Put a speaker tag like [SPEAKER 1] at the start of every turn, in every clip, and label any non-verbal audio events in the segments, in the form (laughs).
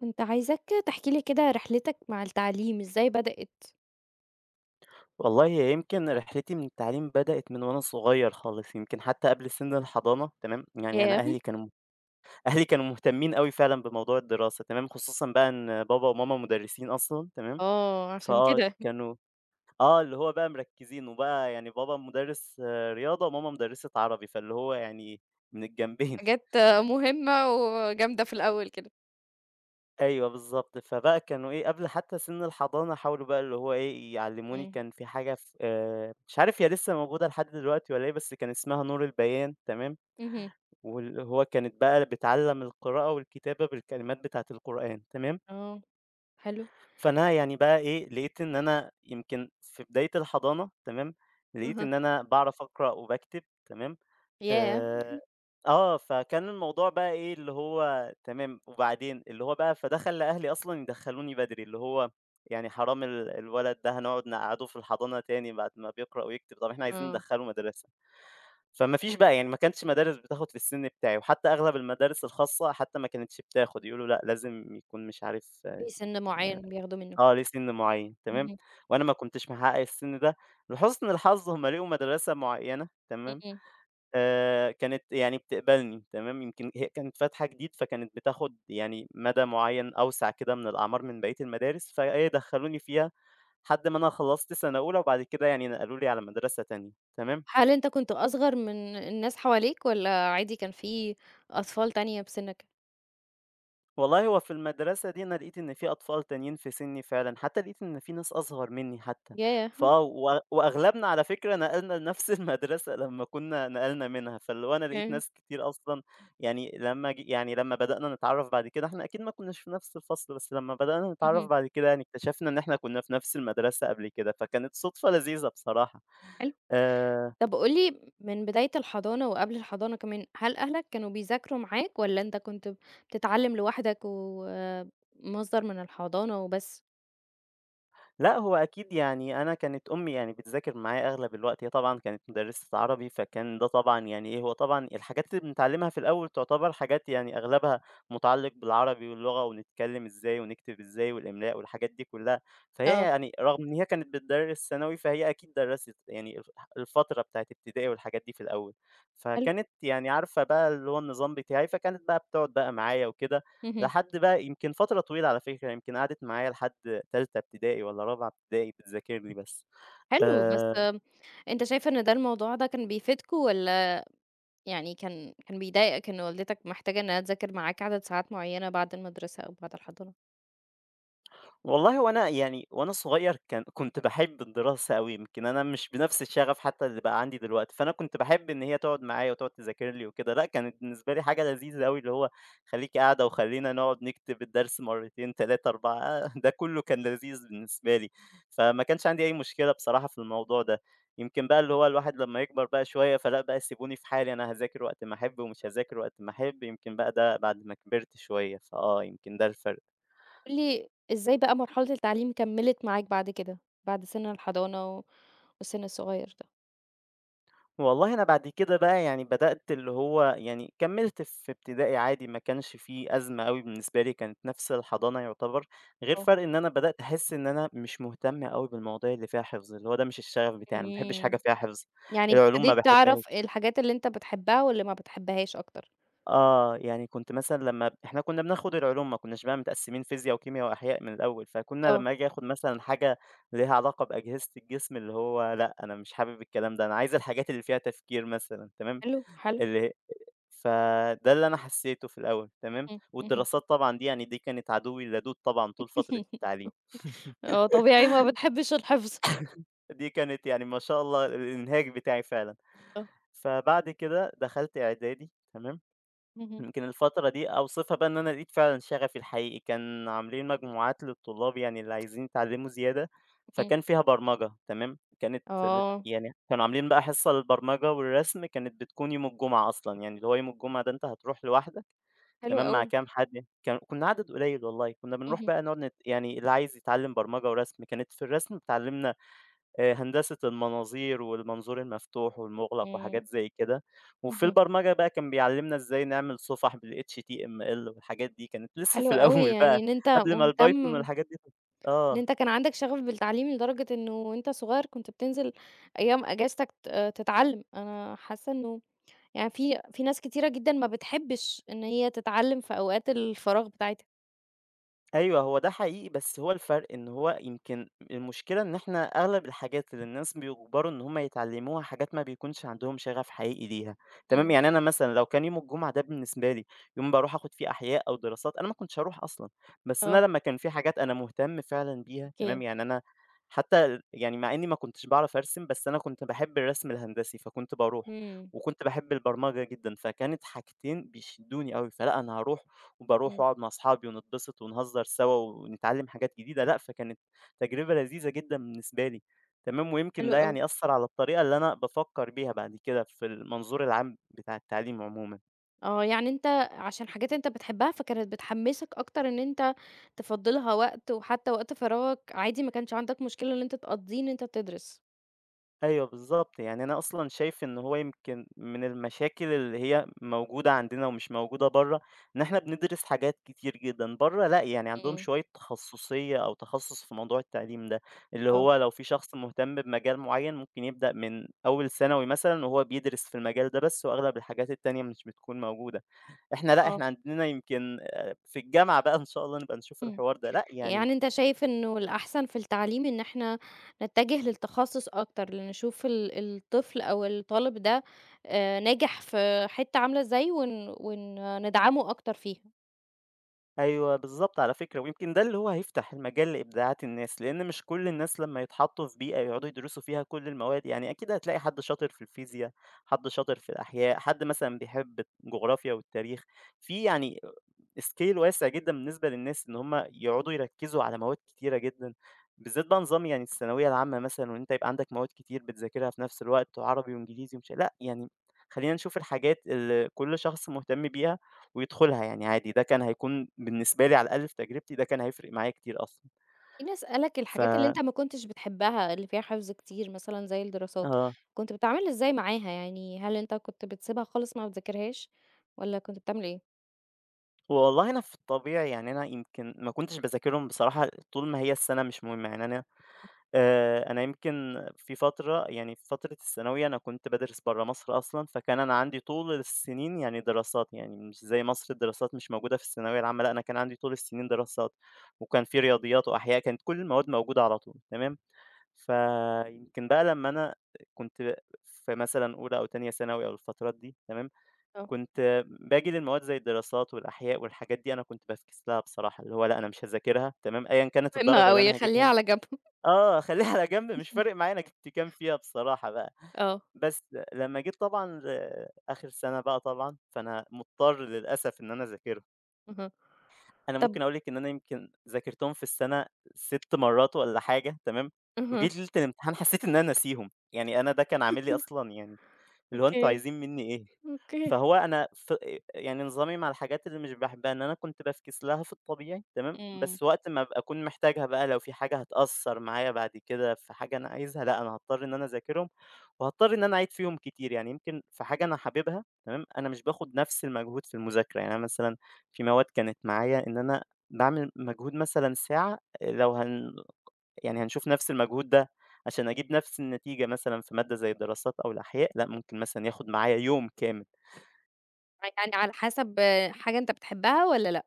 [SPEAKER 1] كنت عايزاك تحكي لي كده رحلتك مع التعليم إزاي بدأت؟
[SPEAKER 2] والله هي يمكن رحلتي من التعليم بدأت من وأنا صغير خالص، يمكن حتى قبل سن الحضانة تمام. يعني أنا
[SPEAKER 1] ياه!
[SPEAKER 2] أهلي كانوا (laughs) أهلي كانوا مهتمين أوي فعلًا بموضوع الدراسة تمام، خصوصًا بقى إن بابا وماما مدرسين أصلًا تمام.
[SPEAKER 1] آه، عشان
[SPEAKER 2] فآه
[SPEAKER 1] كده.
[SPEAKER 2] كانوا آه، اللي هو بقى مركزين، وبقى يعني بابا مدرس رياضة وماما مدرسة عربي، فاللي هو يعني من الجنبين.
[SPEAKER 1] حاجات مهمة وجامدة في الأول كده.
[SPEAKER 2] أيوه بالضبط، فبقى كانوا إيه، قبل حتى سِن الحضانة حاولوا بقى اللي هو إيه، يعلّموني.
[SPEAKER 1] إمم.
[SPEAKER 2] كان في حاجة ف مش عارف هي لسه موجودة لحد دلوقتي والّا إيه، بس كان اسمها نور البيان تمام،
[SPEAKER 1] اهم.
[SPEAKER 2] واللي هو كانت بقى بتعلّم القراءة والكتابة بالكلمات بتاعة القرآن تمام.
[SPEAKER 1] آه. حلو.
[SPEAKER 2] فأنا يعني بقى إيه، لقيت إن أنا يمكن في بداية الحضانة تمام، لقيت
[SPEAKER 1] أها.
[SPEAKER 2] إن أنا باعرف أقرأ وباكتب تمام.
[SPEAKER 1] ياه!
[SPEAKER 2] آآ فكان الموضوع بقى إيه، اللي هو تمام، وبعدين؟ اللي هو بقى فدخل لأهلي أصلًا يدخّلوني بدري، اللي هو يعني حرام الولد ده هنقعد نقعّده في الحضانة تاني بعد ما بيقرأ ويكتب، طب إحنا عايزين
[SPEAKER 1] آه.
[SPEAKER 2] ندخّله مدرسة. فما فيش بقى، يعني ما كانش مدارس بتاخد في السن بتاعي، وحتى أغلب المدارس الخاصة حتى ما كانتش بتاخد، يقولوا لأ، لازم يكون مش عارف آه،
[SPEAKER 1] في سِن معيّن بياخدوا منه.
[SPEAKER 2] ليه سن معيّن، تمام.
[SPEAKER 1] اهم.
[SPEAKER 2] وأنا ما كنتش محقق السن ده. لحُسن الحظ هم لقوا مدرسة معيّنة، تمام.
[SPEAKER 1] إمم.
[SPEAKER 2] كانت يعني بتقبلني تمام، يمكن هي كانت فاتحة جديد، فكانت بتاخد يعني مدى معيّن أوسع كده من الأعمار من بقية المدارس، فإيه دخلوني فيها لحد ما أنا خلّصت سنة أولى، وبعد كده يعني نقلوا لي على مدرسة تانية، تمام.
[SPEAKER 1] هل أنت كنت أصغر من الناس حواليك والّا عادي كان في أطفال تانية بسِنّك؟
[SPEAKER 2] والله هو في المدرسة دي أنا لقيت إن في أطفال تانيين في سني فعلًا، حتى لقيت إن في ناس أصغر مني حتى،
[SPEAKER 1] ياه!
[SPEAKER 2] فآه و وأغلبنا على فكرة نقلنا لنفس (laughs) المدرسة لمّا كنا نقلنا منها، فاللي هو أنا لقيت
[SPEAKER 1] إمم.
[SPEAKER 2] ناس كتير أصلًا يعني لمّا ج يعني لمّا بدأنا نتعرّف بعد كده. إحنا أكيد ما كناش في نفس الفصل، بس لمّا بدأنا نتعرّف
[SPEAKER 1] اهم.
[SPEAKER 2] بعد كده يعني اكتشفنا إن إحنا كنا في نفس المدرسة قبل كده، فكانت صدفة لذيذة بصراحة.
[SPEAKER 1] حلو.
[SPEAKER 2] آآ
[SPEAKER 1] طب قُل لي من بداية الحضانة وقبل الحضانة كمان، هل أهلك كانوا بيذاكروا معاك والّا أنت كنت بتتعلم لوحدك ومصدر من الحضانة وبس؟
[SPEAKER 2] لأ، هو أكيد يعني أنا كانت أمي يعني بتذاكر معايا أغلب الوقت، هي طبعًا كانت مُدرسة عربي، فكان ده طبعًا يعني إيه، هو طبعًا الحاجات اللي بنتعلمها في الأول تعتبر حاجات يعني أغلبها مُتعلق بالعربي واللغة، ونتكلم إزاي ونكتب إزاي والإملاء والحاجات دي كلّها. فهي
[SPEAKER 1] آه،
[SPEAKER 2] يعني رغم إن هي كانت بتدرس ثانوي، فهي أكيد درّست يعني الفترة بتاعة ابتدائي والحاجات دي في الأول،
[SPEAKER 1] حلو،
[SPEAKER 2] فكانت يعني عارفة بقى اللي هو النظام بتاعي، فكانت بقى بتقعد بقى معايا وكده.
[SPEAKER 1] اهم،
[SPEAKER 2] لحد بقى يمكن فترة طويلة على فكرة، يمكن قعدت معايا لحد تالتة ابتدائي والّا رابعة ابتدائي بتذاكر لي بس.
[SPEAKER 1] حلو، بس
[SPEAKER 2] آآ
[SPEAKER 1] آه، أنت شايف إن ده الموضوع ده كان بيفيدكم والّا يعني كان بيضايقك إن والدتك محتاجة إنها تذاكر معاك عدد ساعات معيّنة بعد المدرسة أو بعد الحضانة؟
[SPEAKER 2] والله هو أنا يعني وأنا صغير كنت باحب الدراسة أوي، يمكن أنا مش بنفس الشغف حتى اللي بقى عندي دلوقتي، فأنا كنت باحب إن هي تقعد معايا وتقعد تذاكر لي وكده، لأ كانت بالنسبة لي حاجة لذيذة أوي، اللي هو خليكِ قاعدة وخلّينا نقعد نكتب الدرس مرتين 3، 4 ده كله كان لذيذ بالنسبة لي، فما كانش عندي أي مشكلة بصراحة في الموضوع ده. يمكن بقى اللي هو الواحد لمّا يكبر بقى شوية، فلأ بقى سيبوني في حالي، أنا هاذاكر وقت ما أحب ومش هاذاكر وقت ما أحب، يمكن بقى ده بعد ما كبرت شوية، يمكن ده الفرق.
[SPEAKER 1] قُل لي إزاي بقى مرحلة التعليم كمّلت معاك بعد كده، بعد سِن الحضانة والسِن الصغير ده؟
[SPEAKER 2] والله أنا بعد كده بقى يعني بدأت اللي هو يعني كمّلت في ابتدائي عادي، ما كانش في أزمة أوي بالنسبة لي، كانت نفس الحضانة يُعتبر، غير
[SPEAKER 1] آه.
[SPEAKER 2] فرق إن أنا بدأت أحس إن أنا مش مهتم أوي بالمواضيع اللي فيها حفظ، اللي هو ده مش الشغف بتاعي، أنا ما باحبش حاجة
[SPEAKER 1] إمم.
[SPEAKER 2] فيها حفظ،
[SPEAKER 1] يعني
[SPEAKER 2] العلوم ما
[SPEAKER 1] ابتديت تعرف
[SPEAKER 2] باحبهاش.
[SPEAKER 1] الحاجات اللي أنت بتحبها واللي ما بتحبهاش أكتر.
[SPEAKER 2] يعني كنت مثلًا لمّا إحنا كنا بناخد العلوم، ما كناش بقى متقسمين فيزيا وكيميا وأحياء من الأول، فكنا
[SPEAKER 1] آه،
[SPEAKER 2] لمّا آجي آخد مثلًا حاجة ليها علاقة بأجهزة الجسم، اللي هو لأ، أنا مش حابب الكلام ده، أنا عايز الحاجات اللي فيها تفكير مثلًا تمام،
[SPEAKER 1] حلو، حلو.
[SPEAKER 2] اللي فده اللي أنا حسيته في الأول تمام،
[SPEAKER 1] إمم، اهم.
[SPEAKER 2] والدراسات طبعًا دي يعني دي كانت عدوي اللدود طبعًا طول فترة
[SPEAKER 1] (laughs)
[SPEAKER 2] التعليم،
[SPEAKER 1] آه، طبيعي ما (laughs) بتحبش الحفظ.
[SPEAKER 2] دي كانت يعني ما شاء الله الإنهاك بتاعي فعلًا.
[SPEAKER 1] آه،
[SPEAKER 2] فبعد كده دخلت إعدادي تمام.
[SPEAKER 1] اهم.
[SPEAKER 2] يمكن الفترة دي أوصفها بقى إن أنا لقيت فعلًا شغفي الحقيقي، كان عاملين مجموعات للطلاب يعني اللي عايزين يتعلموا زيادة،
[SPEAKER 1] إمم.
[SPEAKER 2] فكان فيها برمجة تمام، كانت ب
[SPEAKER 1] آه،
[SPEAKER 2] يعني كانوا عاملين بقى حصة للبرمجة والرسم، كانت بتكون يوم الجمعة أصلًا، يعني اللي هو يوم الجمعة ده أنت هتروح لوحدك
[SPEAKER 1] حلو
[SPEAKER 2] تمام، مع
[SPEAKER 1] أوي.
[SPEAKER 2] كام حد كان، كنا عدد قليل والله، كنا بنروح
[SPEAKER 1] اهم،
[SPEAKER 2] بقى نقعد نت يعني اللي عايز يتعلّم برمجة ورسم. كانت في الرسم اتعلّمنا هندسة المناظير والمنظور المفتوح والمُغلق
[SPEAKER 1] إمم،
[SPEAKER 2] وحاجات زي كده، وفي
[SPEAKER 1] اهم.
[SPEAKER 2] البرمجة بقى كان بيعلّمنا إزاي نعمل صُفح بالHTML والحاجات دي، كانت لسه
[SPEAKER 1] حلو
[SPEAKER 2] في
[SPEAKER 1] أوي،
[SPEAKER 2] الأول بقى
[SPEAKER 1] يعني إن أنت
[SPEAKER 2] قبل ما الPython
[SPEAKER 1] مهتم
[SPEAKER 2] والحاجات دي ت
[SPEAKER 1] إن
[SPEAKER 2] آه.
[SPEAKER 1] أنت كان عندك شغف بالتعليم لدرجة إنه وأنت صغير كنت بتنزل أيام أجازتك ت آه، تتعلم، أنا حاسة إنه يعني في ناس كتيرة جدًا ما بتحبش إن هي تتعلم في أوقات الفراغ بتاعتها.
[SPEAKER 2] أيوه، هو ده حقيقي، بس هو الفرق إن هو يمكن المشكلة إن إحنا أغلب الحاجات اللي الناس بيُجبروا إن هم يتعلموها حاجات ما بيكونش عندهم شغف حقيقي ليها، تمام؟
[SPEAKER 1] إمم،
[SPEAKER 2] يعني أنا مثلًا لو كان يوم الجمعة ده بالنسبة لي يوم باروح آخد فيه أحياء أو دراسات، أنا ما كنتش هاروح أصلًا، بس أنا
[SPEAKER 1] آه،
[SPEAKER 2] لمّا كان في حاجات أنا مهتم فعلًا بيها،
[SPEAKER 1] أوكي.
[SPEAKER 2] تمام؟ يعني أنا حتى ال يعني مع إني ما كنتش باعرف أرسم، بس أنا كنت باحب الرسم الهندسي فكنت باروح،
[SPEAKER 1] إمم،
[SPEAKER 2] وكنت باحب البرمجة جدًا، فكانت حاجتين بيشدوني أوي، فلأ أنا هاروح وباروح
[SPEAKER 1] إمم،
[SPEAKER 2] وأقعد مع أصحابي ونتبسط ونهزر سوا ونتعلم حاجات جديدة، لأ، فكانت تجربة لذيذة جدًا بالنسبة لي، تمام، ويمكن
[SPEAKER 1] حلو
[SPEAKER 2] ده
[SPEAKER 1] أوي.
[SPEAKER 2] يعني أثّر على الطريقة اللي أنا بافكّر بيها بعد كده في المنظور العام بتاع التعليم عمومًا.
[SPEAKER 1] آه، يعني أنت عشان حاجات أنت بتحبها، فكانت بتحمّسك أكتر إن أنت تفضّي لها وقت، وحتى وقت فراغك عادي ما كانش عندك مشكلة إن أنت تقضّيه إن أنت تدرس.
[SPEAKER 2] أيوه بالضبط، يعني أنا أصلًا شايف إن هو يمكن من المشاكل اللي هي موجودة عندنا ومش موجودة برّه، إن إحنا بندرس حاجات كتير جدًا، برّه لأ، يعني عندهم
[SPEAKER 1] إمم،
[SPEAKER 2] شوية تخصُّصية أو تخصُّص في موضوع التعليم ده، اللي
[SPEAKER 1] آه،
[SPEAKER 2] هو لو في شخص مهتم بمجال معيّن ممكن يبدأ من أول ثانوي مثلًا وهو بيدرس في المجال ده بس وأغلب الحاجات التانية مش بتكون موجودة، إحنا لأ،
[SPEAKER 1] آه،
[SPEAKER 2] إحنا عندنا يمكن في الجامعة بقى إن شاء الله نبقى نشوف
[SPEAKER 1] إمم.
[SPEAKER 2] الحوار ده، لأ يعني
[SPEAKER 1] يعني أنت شايف إنه الأحسن في التعليم إن إحنا نتجه للتخصُّص أكتر، لنشوف الطفل أو الطالب ده ناجح في حتّة عاملة إزاي ون ندعمه أكتر فيها.
[SPEAKER 2] أيوه بالضبط على فكرة، ويمكن ده اللي هو هيفتح المجال لإبداعات الناس، لإن مش كل الناس لمّا يتحطّوا في بيئة يقعدوا يدرسوا فيها كل المواد، يعني أكيد هتلاقي حد شاطر في الفيزيا، حد شاطر في الأحياء، حد مثلًا بيحب الجغرافيا والتاريخ، في يعني scale واسع جدًا بالنسبة للناس إن هم يقعدوا يركّزوا على مواد كتيرة جدًا، بالذات بقى نظام يعني الثانوية العامة مثلًا وإن أنت يبقى عندك مواد كتير بتذاكرها في نفس الوقت وعربي وإنجليزي ومش لأ، يعني خلّينا نشوف الحاجات اللي كل شخص مهتم بيها ويدخلها يعني عادي، ده كان هيكون بالنسبة لي على الأقل في تجربتي، ده كان هيفرق معايا كتير أصلًا.
[SPEAKER 1] خلّيني أسألك
[SPEAKER 2] ف
[SPEAKER 1] الحاجات اللي أنت ما كنتش بتحبها، اللي فيها حفظ كتير مثلًا زي الدراسات،
[SPEAKER 2] آه.
[SPEAKER 1] كنت بتتعامل إزاي معاها؟ يعني هل أنت كنت بتسيبها خالص ما بتذاكرهاش والّا كنت بتعمل إيه؟
[SPEAKER 2] والله أنا في الطبيعي يعني أنا يمكن ما كنتش باذاكرهم بصراحة طول ما هي السنة مش مهمة، أنا يمكن في فترة يعني في فترة الثانوية أنا كنت بادرس برّه مصر أصلًا، فكان أنا عندي طول السنين يعني دراسات، يعني مش زي مصر الدراسات مش موجودة في الثانوية العامة، لأ أنا كان عندي طول السنين دراسات، وكان في رياضيات وأحياء، كانت كل المواد موجودة على طول تمام. فيمكن بقى لمّا أنا كنت في مثلًا أولى أو تانية ثانوي أو الفترات دي تمام،
[SPEAKER 1] آه.
[SPEAKER 2] كنت باجي للمواد زي الدراسات والأحياء والحاجات دي أنا كنت بافكس لها بصراحة، اللي هو لأ أنا مش هاذاكرها تمام، أيًا كانت
[SPEAKER 1] مهمة
[SPEAKER 2] الدرجة اللي
[SPEAKER 1] أوي،
[SPEAKER 2] أنا
[SPEAKER 1] خلّيها
[SPEAKER 2] هاجيبها.
[SPEAKER 1] على جنب.
[SPEAKER 2] آه، خلّيها على جنب، مش فارق
[SPEAKER 1] (laughs)
[SPEAKER 2] معايا أنا جِبت كام فيها بصراحة بقى،
[SPEAKER 1] آه،
[SPEAKER 2] بس لمّا جيت طبعًا آخر سَنة بقى طبعًا، فأنا مضطر للأسف إن أنا أذاكرهم،
[SPEAKER 1] اهم.
[SPEAKER 2] أنا
[SPEAKER 1] طب
[SPEAKER 2] ممكن أقول لِك إن أنا يمكن ذاكرتهم في السَنة 6 مرّات والّا حاجة تمام،
[SPEAKER 1] اهم.
[SPEAKER 2] وجيت ليلة الامتحان حسّيت إن أنا ناسيهم، يعني أنا ده كان عامل لي
[SPEAKER 1] (laughs)
[SPEAKER 2] أصلًا يعني اللي هو أنتم
[SPEAKER 1] أوكي،
[SPEAKER 2] عايزين منّي إيه؟
[SPEAKER 1] أوكي.
[SPEAKER 2] فهو أنا ف يعني نظامي مع الحاجات اللي مش باحبها إن أنا كنت بافكِس لها في الطبيعي تمام،
[SPEAKER 1] إمم.
[SPEAKER 2] بس وقت ما أبقى أكون محتاجها بقى، لو في حاجة هتأثّر معايا بعد كده في حاجة أنا عايزها، لأ، أنا هاضطر إن أنا أذاكرهم وهاضطر إن أنا أعيد فيهم كتير. يعني يمكن في حاجة أنا حاببها تمام، أنا مش باخُد نَفْس المجهود في المذاكرة. يعني أنا مثلًا في مواد كانت معايا إن أنا باعمل مجهود مثلًا ساعة، لو هن يعني هنشوف نفس المجهود ده عشان أجيب نفس النتيجة مثلًا في مادة زي الدراسات أو الأحياء، لأ ممكن مثلًا ياخد معايا يوم كامل.
[SPEAKER 1] يعني على حسب حاجة أنت بتحبها والّا لأ؟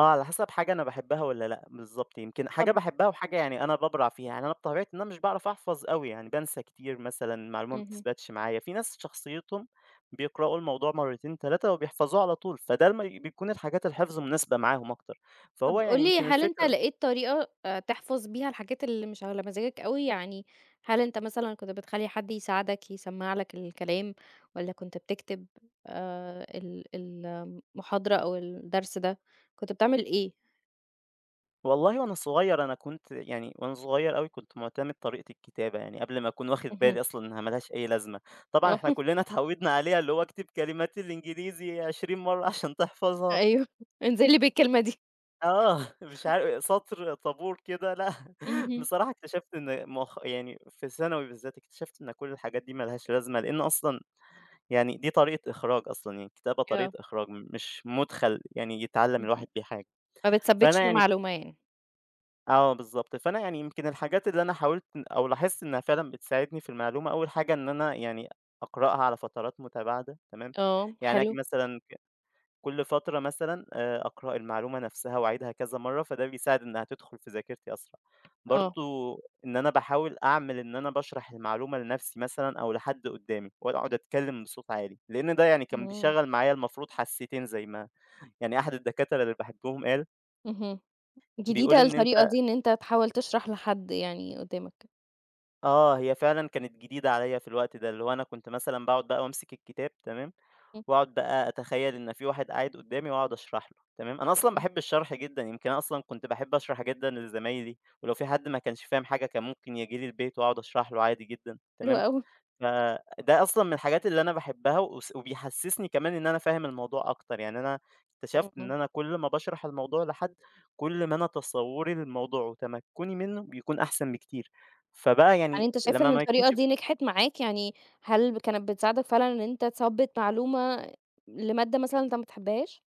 [SPEAKER 2] آه، على حسب حاجة أنا باحبها والّا لأ، بالضبط. يمكن حاجة
[SPEAKER 1] طب
[SPEAKER 2] باحبها وحاجة يعني أنا بابرع فيها، يعني أنا بطبيعتي إن أنا مش باعرف أحفظ أوي، يعني بانسى كتير مثلًا، المعلومة ما
[SPEAKER 1] اهم.
[SPEAKER 2] بتثبتش معايا. في ناس شخصيتهم بيقرأوا الموضوع مرتين، 3 وبيحفظوه على طول، فده لما بيكون الحاجات الحفظ مناسبة معاهم أكتر. فهو
[SPEAKER 1] طب
[SPEAKER 2] يعني
[SPEAKER 1] قُل لي
[SPEAKER 2] يمكن
[SPEAKER 1] هل أنت
[SPEAKER 2] الفكرة.
[SPEAKER 1] لقيت طريقة تحفظ بيها الحاجات اللي مش على مزاجك أوي؟ يعني هل أنت مثلًا كنت بتخلّي حد يساعدك يسمّع لك الكلام والّا كنت بتكتب المحاضرة أو الدرس ده، كنت بتعمل إيه؟
[SPEAKER 2] والله وأنا صغير أنا كنت يعني وأنا صغير أوي كنت معتمد طريقة الكتابة، يعني قبل ما أكون واخد
[SPEAKER 1] اهم،
[SPEAKER 2] بالي أصلًا إنها ما لهاش أي لازمة. طبعًا
[SPEAKER 1] آه،
[SPEAKER 2] إحنا
[SPEAKER 1] (laughs)
[SPEAKER 2] كلنا اتعودنا عليها اللي هو اكتب كلمات الإنجليزي 20 مرة عشان تحفظها.
[SPEAKER 1] أيوه، انزل لي بالكلمة دي.
[SPEAKER 2] آه، (laughs) مش عار سطر طابور كده لأ، (laughs)
[SPEAKER 1] اهم،
[SPEAKER 2] بصراحة اكتشفت إن مؤخ يعني في ثانوي بالذات اكتشفت إن كل الحاجات دي ما لهاش لازمة، لإن أصلًا يعني دي طريقة إخراج أصلًا، يعني الكتابة
[SPEAKER 1] آه،
[SPEAKER 2] طريقة إخراج مش مدخل يعني يتعلم
[SPEAKER 1] اهم،
[SPEAKER 2] الواحد بيه حاجة.
[SPEAKER 1] ما
[SPEAKER 2] فأنا
[SPEAKER 1] بتثبّتش
[SPEAKER 2] يعني
[SPEAKER 1] المعلومة يعني.
[SPEAKER 2] آه بالضبط، فأنا يعني يمكن الحاجات اللي أنا حاولت أو لاحظت إنها فعلًا بتساعدني في المعلومة. أول حاجة إن أنا يعني أقرأها على فترات متباعدة تمام،
[SPEAKER 1] آه،
[SPEAKER 2] يعني آجي
[SPEAKER 1] حلو،
[SPEAKER 2] مثلًا كل فترة مثلًا أقرأ المعلومة نفسها وأعيدها كذا مرة، فده بيساعد إنها تدخل في ذاكرتي أسرع.
[SPEAKER 1] آه،
[SPEAKER 2] برضه إن أنا باحاول أعمل إن أنا باشرح المعلومة لنفسي مثلًا أو لحد قدامي وأقعد أتكلم بصوت عالي، لأن ده يعني كان
[SPEAKER 1] إمم،
[SPEAKER 2] بيشغّل معايا المفروض حاستين زي ما يعني أحد الدكاترة اللي باحبهم قال.
[SPEAKER 1] اهم، جديدة
[SPEAKER 2] بيقول إن أن
[SPEAKER 1] الطريقة دي إن أنت تحاول تشرح لحد يعني قُدّامك.
[SPEAKER 2] آه، هي فعلًا كانت جديدة عليّا في الوقت ده، اللي هو أنا كنت مثلًا باقعد بقى وامسك الكتاب تمام،
[SPEAKER 1] إمم،
[SPEAKER 2] واقعد بقى أتخيّل إن في واحد قاعد قدّامي واقعد اشرح له تمام. أنا أصلًا
[SPEAKER 1] إمم،
[SPEAKER 2] باحب الشرح جدًا، يمكن أنا أصلًا كنت باحب اشرح جدًا لزمايلي، ولو في حد ما كانش فاهم حاجة كان ممكن ييجي لي البيت واقعد اشرح له عادي جدًا
[SPEAKER 1] حلو
[SPEAKER 2] تمام.
[SPEAKER 1] أوي.
[SPEAKER 2] فده أصلًا من الحاجات اللي أنا باحبها وس وبيحسسني كمان إن أنا فاهم الموضوع أكتر، يعني أنا اكتشفت إن
[SPEAKER 1] إمم.
[SPEAKER 2] أنا كل ما باشرح الموضوع لحد، كل ما أنا تصوّري للموضوع وتمكُّني منه بيكون أحسن بكتير. فبقى
[SPEAKER 1] يعني
[SPEAKER 2] يعني
[SPEAKER 1] أنت شايف
[SPEAKER 2] لمّا
[SPEAKER 1] إن
[SPEAKER 2] ما
[SPEAKER 1] الطريقة
[SPEAKER 2] يكونش
[SPEAKER 1] دي نجحت معاك؟ يعني هل كانت بتساعدك فعلًا إن أنت تثبّت معلومة لمادة مثلًا أنت ما بتحبهاش؟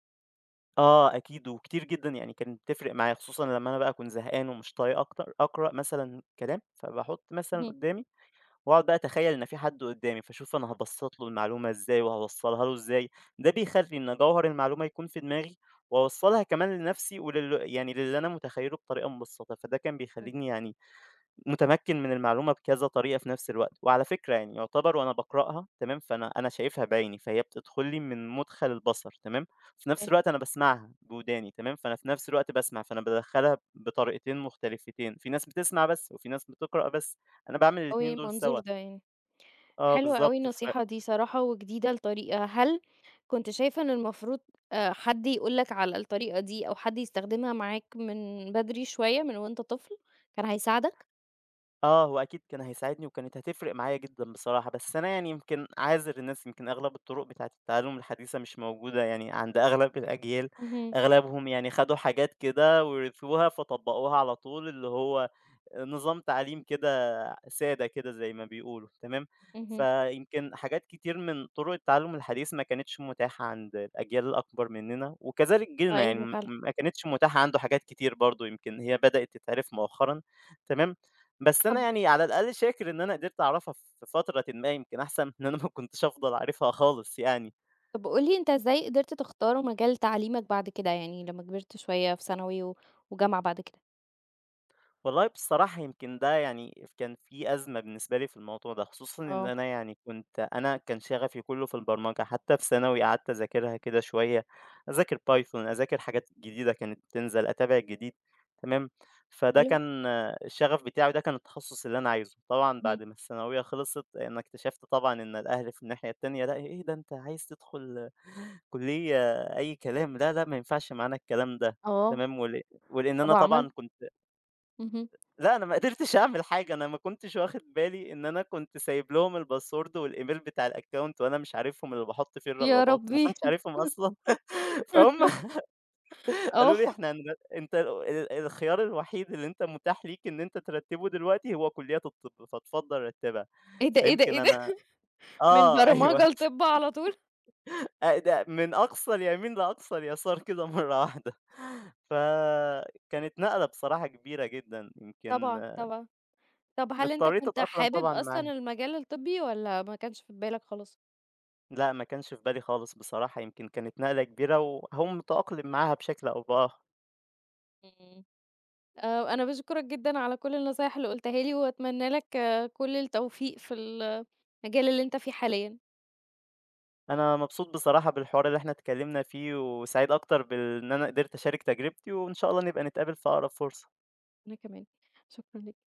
[SPEAKER 2] آه أكيد وكتير جدًا يعني كانت بتفرق معايا، خصوصًا لمّا أنا بقى أكون زهقان ومش طايق أكتر أقرأ مثلًا كلام، فباحط مثلًا
[SPEAKER 1] اهم،
[SPEAKER 2] قدّامي واقعد بقى أتخيّل إن في حد قدّامي، فاشوف أنا هابسّط له المعلومة إزاي وهاوصّلها له إزاي. ده بيخلّي إن جوهر المعلومة يكون في دماغي، واوصّلها كمان لنفسي ولل يعني للي أنا متخيّله بطريقة مبسّطة، فده كان
[SPEAKER 1] إمم.
[SPEAKER 2] بيخلّيني يعني متمكّن من المعلومة بكذا طريقة في نفس الوقت. وعلى فكرة يعني يعتبر وأنا باقرأها تمام، فأنا شايفها بعيني، فهي بتدخل لي من مُدخَل البصر تمام. في نفس
[SPEAKER 1] فاهم
[SPEAKER 2] الوقت أنا باسمعها بوداني تمام، فأنا في نفس الوقت باسمع، فأنا بادخّلها بطريقتين مختلفتين، في ناس بتسمع بس وفي ناس بتقرأ بس. أنا باعمل
[SPEAKER 1] أوي
[SPEAKER 2] الاتنين دول
[SPEAKER 1] المنظور
[SPEAKER 2] سوا.
[SPEAKER 1] ده يعني.
[SPEAKER 2] آه
[SPEAKER 1] حلوة أوي
[SPEAKER 2] بالضبط،
[SPEAKER 1] النصيحة دي صراحة وجديدة الطريقة. هل كنت شايف إن المفروض حد يقول لك على الطريقة دي أو حد يستخدمها معاك من بدري شوية من وأنت طفل، كان هيساعدك؟
[SPEAKER 2] آه، هو أكيد كان هيساعدني وكانت هتفرق معايا جدًا بصراحة، بس أنا يعني يمكن عاذر الناس، يمكن أغلب الطرق بتاعة التعلم الحديثة مش موجودة يعني عند أغلب الأجيال.
[SPEAKER 1] اهم،
[SPEAKER 2] أغلبهم يعني خدوا حاجات كده ورثوها فطبّقوها على طول، اللي هو نظام تعليم كده سادة كده زي ما بيقولوا تمام.
[SPEAKER 1] اهم.
[SPEAKER 2] فيمكن حاجات كتير من طرق التعلم الحديث ما كانتش متاحة عند الأجيال الأكبر مننا، وكذلك جيلنا يعني
[SPEAKER 1] طيب
[SPEAKER 2] م
[SPEAKER 1] فعلًا.
[SPEAKER 2] ما كانتش متاحة عنده حاجات كتير برضه يمكن هي بدأت تتعرف مؤخرًا تمام. بس أنا
[SPEAKER 1] طب
[SPEAKER 2] يعني على الأقل شاكر إن أنا قدرت أعرفها في فترةٍ ما يمكن أحسن من إن أنا ما كنتش أفضل عارفها خالص يعني.
[SPEAKER 1] طب قُل لي أنت إزاي قدرت تختار مجال تعليمك بعد كده، يعني لمّا كبرت شوية في ثانوي و وجامعة بعد كده؟
[SPEAKER 2] والله بصراحة يمكن ده يعني كان في أزمة بالنسبة لي في الموضوع ده، خصوصًا إن
[SPEAKER 1] آه.
[SPEAKER 2] أنا يعني أنا كان شغفي كله في البرمجة، حتى في ثانوي قعدت أذاكرها كده شوية، أذاكر بايثون، أذاكر حاجات جديدة كانت بتنزل، أتابع الجديد، تمام؟ فده
[SPEAKER 1] حلو،
[SPEAKER 2] كان آه، الشغف بتاعي وده كان التخصص اللي أنا عايزه. طبعًا
[SPEAKER 1] اهم.
[SPEAKER 2] بعد ما الثانوية خلصت أنا اكتشفت طبعًا إن الأهل في الناحية التانية لأ إيه ده أنت عايز تدخل كلية أي كلام. لا، لا ما ينفعش معانا الكلام ده،
[SPEAKER 1] آه.
[SPEAKER 2] تمام؟ ولإن
[SPEAKER 1] طب
[SPEAKER 2] أنا
[SPEAKER 1] وعمل
[SPEAKER 2] طبعًا كنت
[SPEAKER 1] اهم.
[SPEAKER 2] لأ، أنا ما قدرتش أعمل حاجة. أنا ما كنتش واخد بالي إن أنا كنت سايب لهم الباسورد والإيميل بتاع الaccount وأنا مش عارفهم اللي باحط فيه
[SPEAKER 1] يا
[SPEAKER 2] الرغبات، ما
[SPEAKER 1] ربي!
[SPEAKER 2] كنتش عارفهم أصلًا. (laughs) فهُم
[SPEAKER 1] (laughs) آه.
[SPEAKER 2] قالوا لي: "إحنا أنت الخيار الوحيد اللي أنت متاح ليك إن أنت ترتّبه دلوقتي هو كليات الطب، فاتفضل رتّبها."
[SPEAKER 1] إيه ده، إيه ده،
[SPEAKER 2] فيمكن
[SPEAKER 1] إيه ده!
[SPEAKER 2] أنا
[SPEAKER 1] من
[SPEAKER 2] آه، أيوه
[SPEAKER 1] برمجة لطِب
[SPEAKER 2] (laughs)
[SPEAKER 1] على طول؟
[SPEAKER 2] ده من أقصى اليمين لأقصى اليسار كده مرّة واحدة، (laughs) فكانت نقلة بصراحة كبيرة جدًا، يمكن
[SPEAKER 1] طبعًا، طبعًا. طب هل أنت
[SPEAKER 2] اضطريت
[SPEAKER 1] كنت
[SPEAKER 2] أتأقلم
[SPEAKER 1] حابب
[SPEAKER 2] طبعًا
[SPEAKER 1] أصلًا
[SPEAKER 2] معاها.
[SPEAKER 1] المجال الطبي والّا ما كانش في بالك خالص؟
[SPEAKER 2] لأ، ما كانش في بالي خالص بصراحة، يمكن كانت نقلة كبيرة وهاقوم متأقلم معاها بشكل أو بآخر.
[SPEAKER 1] إمم. أنا باشكرك جدًا على كل النصايح اللي قُلتها لي وأتمنى لك كل التوفيق في المجال اللي أنت فيه حاليًا.
[SPEAKER 2] أنا مبسوط بصراحة بالحوار اللي إحنا اتكلمنا فيه، وسعيد أكتر بإن أنا قدرت أشارك تجربتي، وإن شاء الله نبقى نتقابل في أقرب فرصة.
[SPEAKER 1] أنا كمان. شكرًا ليك.